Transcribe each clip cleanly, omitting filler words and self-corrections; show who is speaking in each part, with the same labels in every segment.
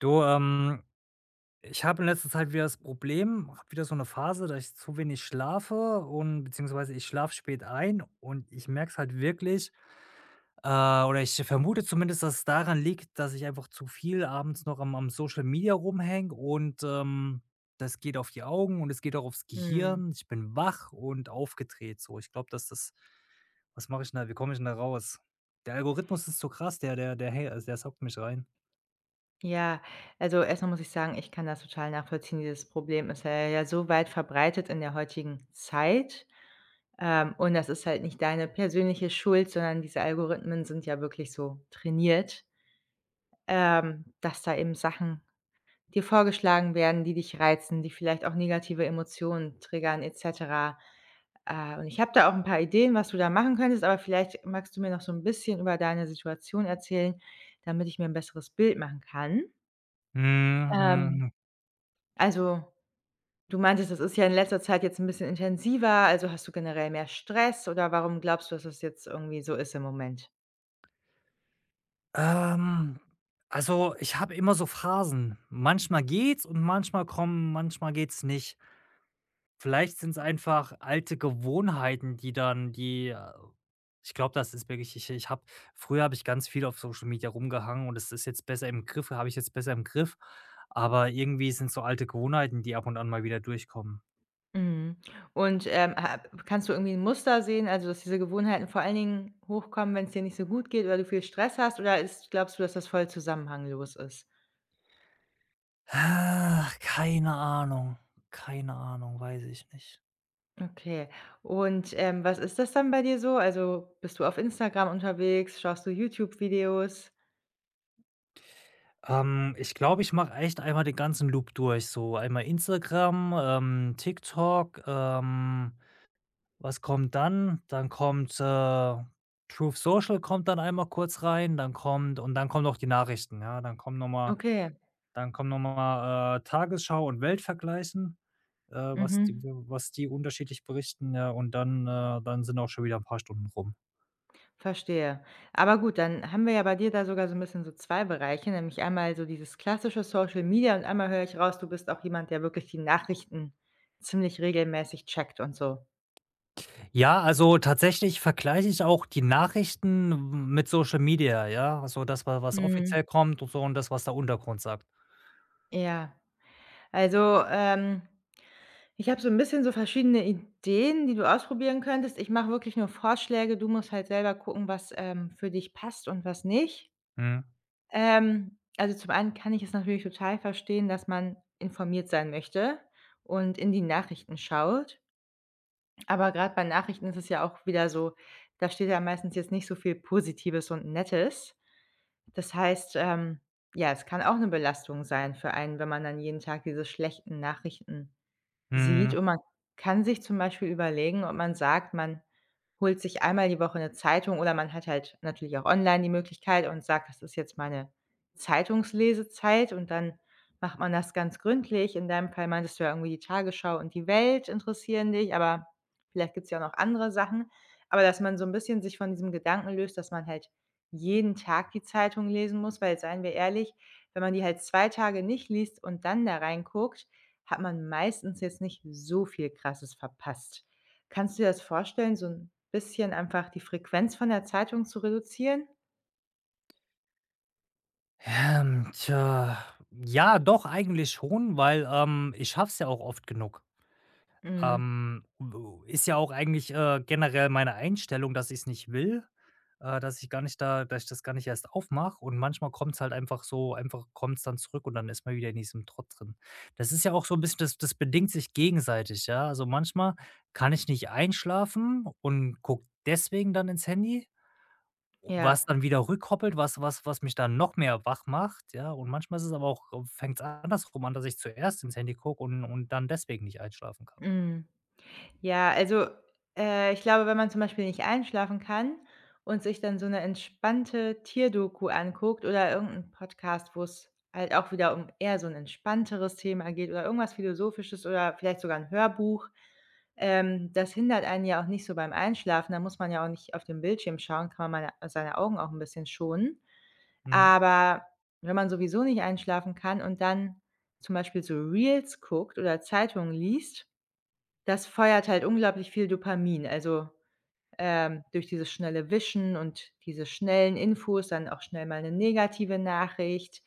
Speaker 1: Du, ich habe in letzter Zeit wieder das Problem, habe wieder so eine Phase, dass ich zu wenig schlafe und beziehungsweise ich schlafe spät ein und ich merke es halt wirklich, oder ich vermute zumindest, dass es daran liegt, dass ich einfach zu viel abends noch am Social Media rumhänge und, das geht auf die Augen und es geht auch aufs
Speaker 2: Mhm.
Speaker 1: Gehirn. Ich bin wach und aufgedreht so. Ich glaube, dass das was mache ich denn da? Wie komme ich denn da raus? Der Algorithmus ist so krass, der der der hä also, der saugt mich rein.
Speaker 2: Ja, also erstmal muss ich sagen, ich kann das total nachvollziehen. Dieses Problem ist ja so weit verbreitet in der heutigen Zeit. Und das ist halt nicht deine persönliche Schuld, sondern diese Algorithmen sind ja wirklich so trainiert, dass da eben Sachen dir vorgeschlagen werden, die dich reizen, die vielleicht auch negative Emotionen triggern et cetera. Und ich habe da auch ein paar Ideen, was du da machen könntest, aber vielleicht magst du mir noch so ein bisschen über deine Situation erzählen, damit ich mir ein besseres Bild machen kann?
Speaker 1: Mhm,
Speaker 2: Ähm,
Speaker 1: mhm.
Speaker 2: also, du meintest, das ist ja in letzter Zeit jetzt 'n bisschen intensiver, also, hast du generell mehr Stress oder warum glaubst du, dass das jetzt irgendwie so ist im Moment?
Speaker 1: Ähm, also, ich habe immer so Phasen. Manchmal geht's und manchmal geht's nicht. Vielleicht sind es einfach alte Gewohnheiten, die dann die ich glaube, das ist wirklich ich habe früher habe ich ganz viel auf Social Media rumgehangen und es ist jetzt besser im Griff habe ich jetzt besser im Griff, aber irgendwie sind so alte Gewohnheiten, die ab und an mal wieder durchkommen.
Speaker 2: Mhm. Und, ha kannst du irgendwie 'n Muster sehen, also, dass diese Gewohnheiten vor allen Dingen hochkommen, wenn's dir nicht so gut geht oder du viel Stress hast oder ist glaubst du, dass das voll zusammenhanglos ist?
Speaker 1: Ah, keine Ahnung, keine Ahnung, weiß ich nicht.
Speaker 2: Okay. Und, was ist das dann bei dir so? Also, bist du auf Instagram unterwegs? Schaust du YouTube-Videos?
Speaker 1: Ich glaube, ich mache echt einmal den ganzen Loop durch. So einmal Instagram, TikTok, was kommt dann? Dann kommt, Truth Social kommt dann einmal kurz rein, dann kommt und dann kommen noch die Nachrichten, ja?
Speaker 2: Okay.
Speaker 1: Dann kommen noch mal, Tagesschau und Weltvergleichen, äh, was die
Speaker 2: Mhm.
Speaker 1: was die unterschiedlich berichten, ja, und dann dann sind auch schon wieder ein paar Stunden rum.
Speaker 2: Verstehe. Aber gut, dann haben wir ja bei dir da sogar so ein bisschen so 2 Bereiche, nämlich einmal so dieses klassische Social Media, und einmal höre ich raus, du bist auch jemand, der wirklich die Nachrichten ziemlich regelmäßig checkt und so.
Speaker 1: Ja, also tatsächlich vergleiche ich auch die Nachrichten mit Social Media, ja? Also das, wa was
Speaker 2: Mhm.
Speaker 1: offiziell kommt und so und das, was der Untergrund sagt.
Speaker 2: Ja, also, ich habe so ein bisschen so verschiedene Ideen, die du ausprobieren könntest. Ich mache wirklich nur Vorschläge. Du musst halt selber gucken, was, für dich passt und was nicht.
Speaker 1: Mhm.
Speaker 2: Also, zum einen kann ich es natürlich total verstehen, dass man informiert sein möchte und in die Nachrichten schaut. Aber gerade bei Nachrichten ist es ja auch wieder so, da steht ja meistens jetzt nicht so viel Positives und Nettes. Das heißt, ja, es kann auch 'ne Belastung sein für einen, wenn man dann jeden Tag diese schlechten Nachrichten sieht,
Speaker 1: Mhm.
Speaker 2: und man kann sich zum Beispiel überlegen, ob man sagt, man holt sich einmal die Woche 'ne Zeitung, oder man hat halt natürlich auch online die Möglichkeit und sagt: „Das ist jetzt meine Zeitungslesezeit“, und dann macht man das ganz gründlich. In deinem Fall meintest du ja irgendwie, die Tagesschau und die Welt interessieren dich, aber vielleicht gibt's ja auch noch andere Sachen. Aber dass man so 'n bisschen sich von diesem Gedanken löst, dass man halt jeden Tag die Zeitung lesen muss, weil, seien wir ehrlich, wenn man die halt 2 Tage nicht liest und dann da reinguckt, hat man meistens jetzt nicht so viel Krasses verpasst. Kannst du dir das vorstellen, so ein bisschen einfach die Frequenz von der Zeitung zu reduzieren?
Speaker 1: Ähm, tja, ja, doch, eigentlich schon, weil, ich schaff's ja auch oft genug.
Speaker 2: Mhm.
Speaker 1: Ähm, ist ja auch eigentlich, generell meine Einstellung, dass ich es nicht will, dass ich gar nicht da dass ich das gar nicht erst aufmache und manchmal kommt es halt einfach kommt es dann zurück und dann ist man wieder in diesem Trott drin. Das ist ja auch so ein bisschen das bedingt sich gegenseitig, ja? Also, manchmal kann ich nicht einschlafen und gucke deswegen dann ins Handy,
Speaker 2: Ja.
Speaker 1: was dann wieder rückkoppelt, was mich dann noch mehr wach macht, ja? Und manchmal ist es aber auch fängt es andersrum an, dass ich zuerst ins Handy gucke und dann deswegen nicht einschlafen kann.
Speaker 2: Mhm. Ja, also, ich glaube, wenn man zum Beispiel nicht einschlafen kann und sich dann so eine entspannte Tierdoku anguckt oder irgendeinen Podcast, wo es halt auch wieder um eher so ein entspannteres Thema geht oder irgendwas Philosophisches oder vielleicht sogar ein Hörbuch, das hindert einen ja auch nicht so beim Einschlafen. Da muss man ja auch nicht auf den Bildschirm schauen, kann man meine seine Augen auch ein bisschen schonen.
Speaker 1: Mhm.
Speaker 2: Aber wenn man sowieso nicht einschlafen kann und dann zum Beispiel so Reels guckt oder Zeitungen liest, das feuert halt unglaublich viel Dopamin. Also, durch dieses schnelle Wischen und diese schnellen Infos, dann auch schnell mal 'ne negative Nachricht.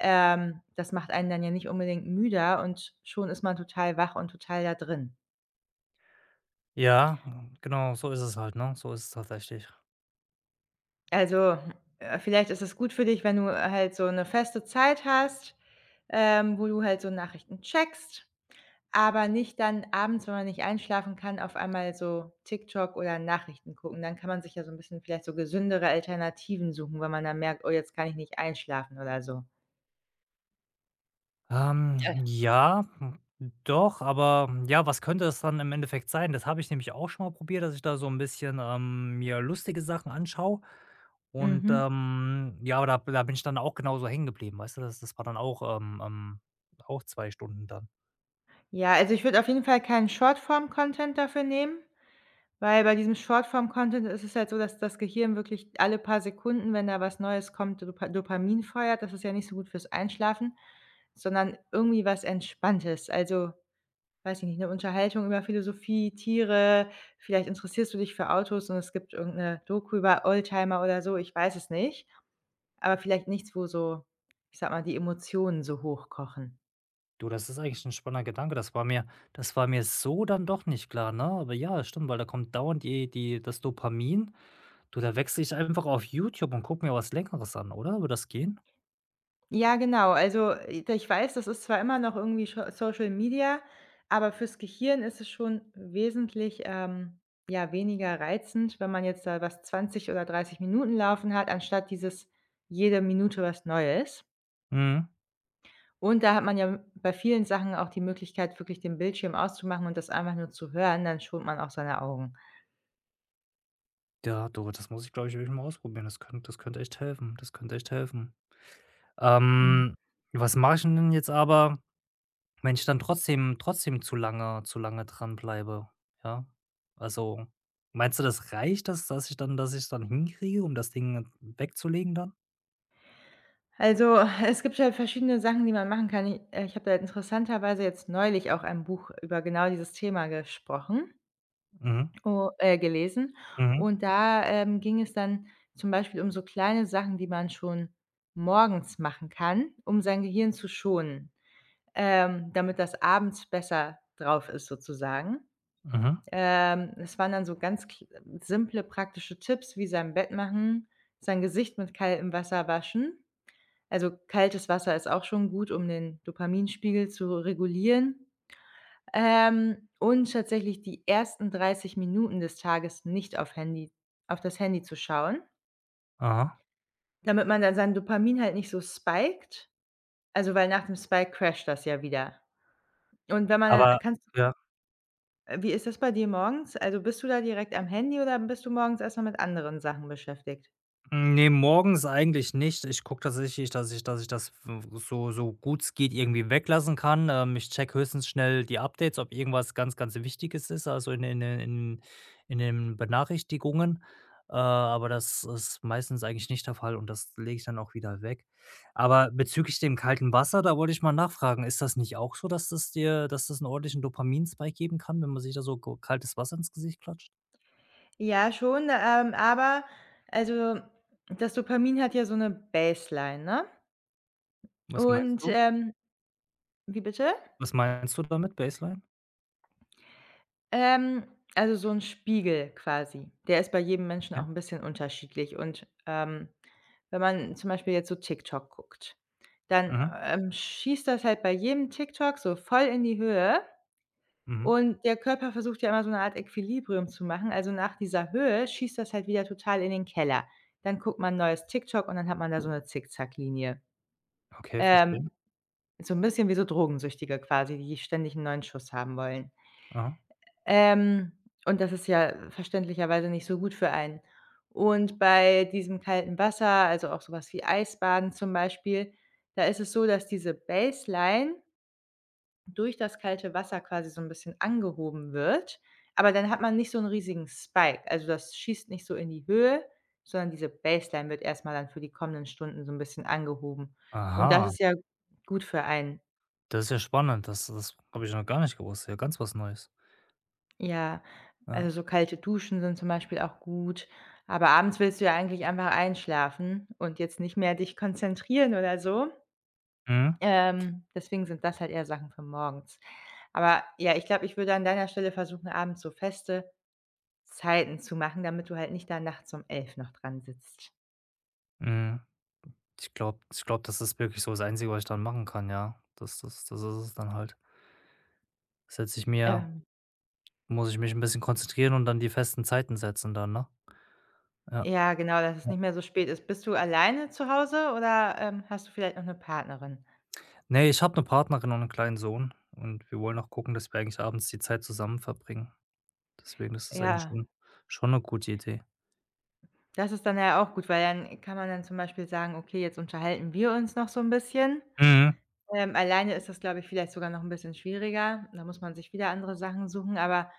Speaker 2: Das macht einen dann ja nicht unbedingt müder, und schon ist man total wach und total da drin.
Speaker 1: Ja, hm, genau, so ist es halt, ne? So ist es tatsächlich.
Speaker 2: Also, vielleicht ist es gut für dich, wenn du halt so 'ne feste Zeit hast, wo du halt so Nachrichten checkst. Aber nicht dann abends, wenn man nicht einschlafen kann, auf einmal so TikTok oder Nachrichten gucken. Dann kann man sich ja so 'n bisschen vielleicht so gesündere Alternativen suchen, wenn man dann merkt: „Oh, jetzt kann ich nicht einschlafen“ oder so.
Speaker 1: Ähm,
Speaker 2: Ja.
Speaker 1: ja, hm, ja, was könnte es dann im Endeffekt sein? Das habe ich nämlich auch schon mal probiert, dass ich da so ein bisschen, mir lustige Sachen anschaue und,
Speaker 2: Mhm.
Speaker 1: ja, aber da bin ich dann auch genauso hängen geblieben, weißt du? Das war dann auch, auch 2 Stunden dann.
Speaker 2: Ja, also, ich würde auf jeden Fall keinen Shortform-Content dafür nehmen, weil bei diesem Shortform-Content ist es halt so, dass das Gehirn wirklich alle paar Sekunden, wenn da was Neues kommt, Dopamin feuert. Das ist ja nicht so gut fürs Einschlafen, sondern irgendwie was Entspanntes. Also, weiß ich nicht, 'ne Unterhaltung über Philosophie, Tiere, vielleicht interessierst du dich für Autos und es gibt irgend 'ne Doku über Oldtimer oder so, ich weiß es nicht, aber vielleicht nichts, wo so, ich sage mal, die Emotionen so hochkochen.
Speaker 1: Du, das ist eigentlich ein spannender Gedanke. Das war mir so dann doch nicht klar, ne? Aber ja, stimmt, weil da kommt dauernd die die das Dopamin. Du, da wechsle ich einfach auf YouTube und gucke mir was Längeres an, oder? Würde das gehen?
Speaker 2: Ja, genau, also, ich weiß, das ist zwar immer noch irgendwie scho Social Media, aber fürs Gehirn ist es schon wesentlich, ja, weniger reizend, wenn man jetzt da was 20 oder 30 Minuten laufen hat, anstatt dieses jede Minute was Neues.
Speaker 1: Mhm.
Speaker 2: Und da hat man ja bei vielen Sachen auch die Möglichkeit, wirklich den Bildschirm auszumachen und das einfach nur zu hören, dann schont man auch seine Augen.
Speaker 1: Ja, du, das muss ich, glaube ich, wirklich mal ausprobieren. Das könnte echt helfen. Das könnte echt helfen.
Speaker 2: Mhm.
Speaker 1: Ähm, was mache ich denn jetzt aber, wenn ich dann trotzdem zu lange dranbleibe? Ja? Also, meinst du, das reicht, dass ich dann hinkriege, um das Ding wegzulegen dann?
Speaker 2: Also, es gibt halt verschiedene Sachen, die man machen kann. I ich habe da interessanterweise jetzt neulich auch ein Buch über genau dieses Thema gesprochen
Speaker 1: Mhm.
Speaker 2: o gelesen.
Speaker 1: Mhm.
Speaker 2: Und da, ging es dann zum Beispiel um so kleine Sachen, die man schon morgens machen kann, um sein Gehirn zu schonen, damit das abends besser drauf ist sozusagen.
Speaker 1: Mhm.
Speaker 2: Es waren dann so ganz kl simple praktische Tipps wie sein Bett machen, sein Gesicht mit kaltem Wasser waschen. Also, kaltes Wasser ist auch schon gut, um den Dopaminspiegel zu regulieren. Und tatsächlich die ersten 30 Minuten des Tages nicht auf das Handy zu schauen,
Speaker 1: Aha.
Speaker 2: damit man dann sein Dopamin halt nicht so spiked, also, weil nach dem Spike crasht das ja wieder. Und wenn man dann
Speaker 1: Aber
Speaker 2: kannst.
Speaker 1: ja.
Speaker 2: Wie ist das bei dir morgens? Also, bist du da direkt am Handy oder bist du morgens erstmal mit anderen Sachen beschäftigt?
Speaker 1: Ne, morgens eigentlich nicht. Ich gucke tatsächlich, dass ich das so so gut es geht irgendwie weglassen kann. Ich check höchstens schnell die Updates, ob irgendwas ganz, ganz Wichtiges ist, also in den- in den Benachrichtigungen. Aber das ist meistens eigentlich nicht der Fall und das lege ich dann auch wieder weg. Aber bezüglich dem kalten Wasser, da wollte ich mal nachfragen, ist das nicht auch so, dass dass das einen ordentlichen Dopaminspike geben kann, wenn man sich da so ko kaltes Wasser ins Gesicht klatscht?
Speaker 2: Ja, schon, aber also, das Dopamin hat ja so eine Baseline, ne?
Speaker 1: Was meinst
Speaker 2: Und,
Speaker 1: du?
Speaker 2: ähm Wie bitte?
Speaker 1: Was meinst du damit, Baseline?
Speaker 2: Ähm, also, so ein Spiegel quasi. Der ist bei jedem Menschen auch
Speaker 1: Okay.
Speaker 2: ein bisschen unterschiedlich, und, wenn man zum Beispiel jetzt so TikTok guckt, dann,
Speaker 1: Mhm.
Speaker 2: schießt das halt bei jedem TikTok so voll in die Höhe.
Speaker 1: Mhm.
Speaker 2: Und der Körper versucht ja immer so eine Art Equilibrium zu machen. Also, nach dieser Höhe schießt das halt wieder total in den Keller. Dann guckt man neues TikTok, und dann hat man da so eine Zickzacklinie.
Speaker 1: Okay, verstehe.
Speaker 2: Ähm, so ein bisschen wie so Drogensüchtige quasi, die ständig einen neuen Schuss haben wollen.
Speaker 1: Aha.
Speaker 2: Ähm, und das ist ja verständlicherweise nicht so gut für einen. Und bei diesem kalten Wasser, also auch sowas wie Eisbaden zum Beispiel, da ist es so, dass diese Baseline durch das kalte Wasser quasi so 'n bisschen angehoben wird, aber dann hat man nicht so 'n riesigen Spike. Also, das schießt nicht so in die Höhe, sondern diese Baseline wird erst mal dann für die kommenden Stunden so 'n bisschen angehoben. Und das
Speaker 1: Aha,
Speaker 2: ist ja gut für einen.
Speaker 1: das ist ja spannend. Das habe ich noch gar nicht gewusst. Ja, ganz was Neues.
Speaker 2: Ja, also,
Speaker 1: Ja.
Speaker 2: so kalte Duschen sind zum Beispiel auch gut, aber abends willst du ja eigentlich einfach einschlafen und jetzt nicht mehr dich konzentrieren oder so.
Speaker 1: Mhm.
Speaker 2: Deswegen sind das halt eher Sachen für morgens. Aber ja, ich glaube, ich würde an deiner Stelle versuchen, abends so feste Zeiten zu machen, damit du halt nicht da nachts um 11 noch dran sitzt.
Speaker 1: Mhm. Ich glaube, das ist wirklich so das Einzige, was ich dann machen kann, ja. Das das ist es dann halt. Setze ich mir
Speaker 2: Ähm,
Speaker 1: muss ich mich ein bisschen konzentrieren und dann die festen Zeiten setzen dann, ne? Ja,
Speaker 2: ja, genau, dass es
Speaker 1: ja.
Speaker 2: nicht mehr so spät ist. Bist du alleine zu Hause oder, hast du vielleicht noch 'ne Partnerin?
Speaker 1: Ne, ich habe eine Partnerin und einen kleinen Sohn und wir wollen auch gucken, dass wir eigentlich abends die Zeit zusammen verbringen. Deswegen ist das eigentlich
Speaker 2: Ja,
Speaker 1: schon eine gute Idee.
Speaker 2: das ist dann ja auch gut, weil dann kann man dann zum Beispiel sagen: „Okay, jetzt unterhalten wir uns noch so 'n bisschen.“
Speaker 1: Mhm.
Speaker 2: Alleine ist das, glaube ich, vielleicht sogar noch 'n bisschen schwieriger. Da muss man sich wieder andere Sachen suchen, aber,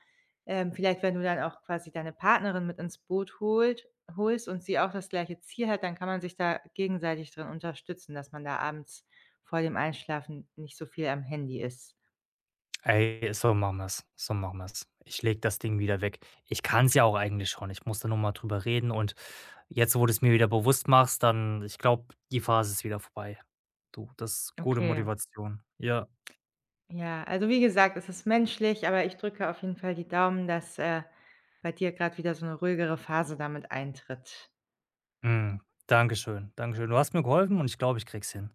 Speaker 2: vielleicht, wenn du dann auch quasi deine Partnerin mit ins Boot holt holst und sie auch das gleiche Ziel hat, dann kann man sich da gegenseitig drin unterstützen, dass man da abends vor dem Einschlafen nicht so viel am Handy ist.
Speaker 1: Ey, so machen wir's. So machen wir's. Ich leg das Ding wieder weg. Ich kann's ja auch eigentlich schon. Ich muss da nur mal drüber reden und jetzt, wo du es mir wieder bewusst machst, dann ich glaube, die Phase ist wieder vorbei. Du, das ist gute
Speaker 2: Okay,
Speaker 1: Motivation. Ja.
Speaker 2: ja. Also, wie gesagt, es ist menschlich, aber ich drücke auf jeden Fall die Daumen, dass, bei dir grad wieder so 'ne ruhigere Phase damit eintritt.
Speaker 1: Mhm. Dankeschön, Dankeschön. Du hast mir geholfen und ich glaube, ich krieg's hin.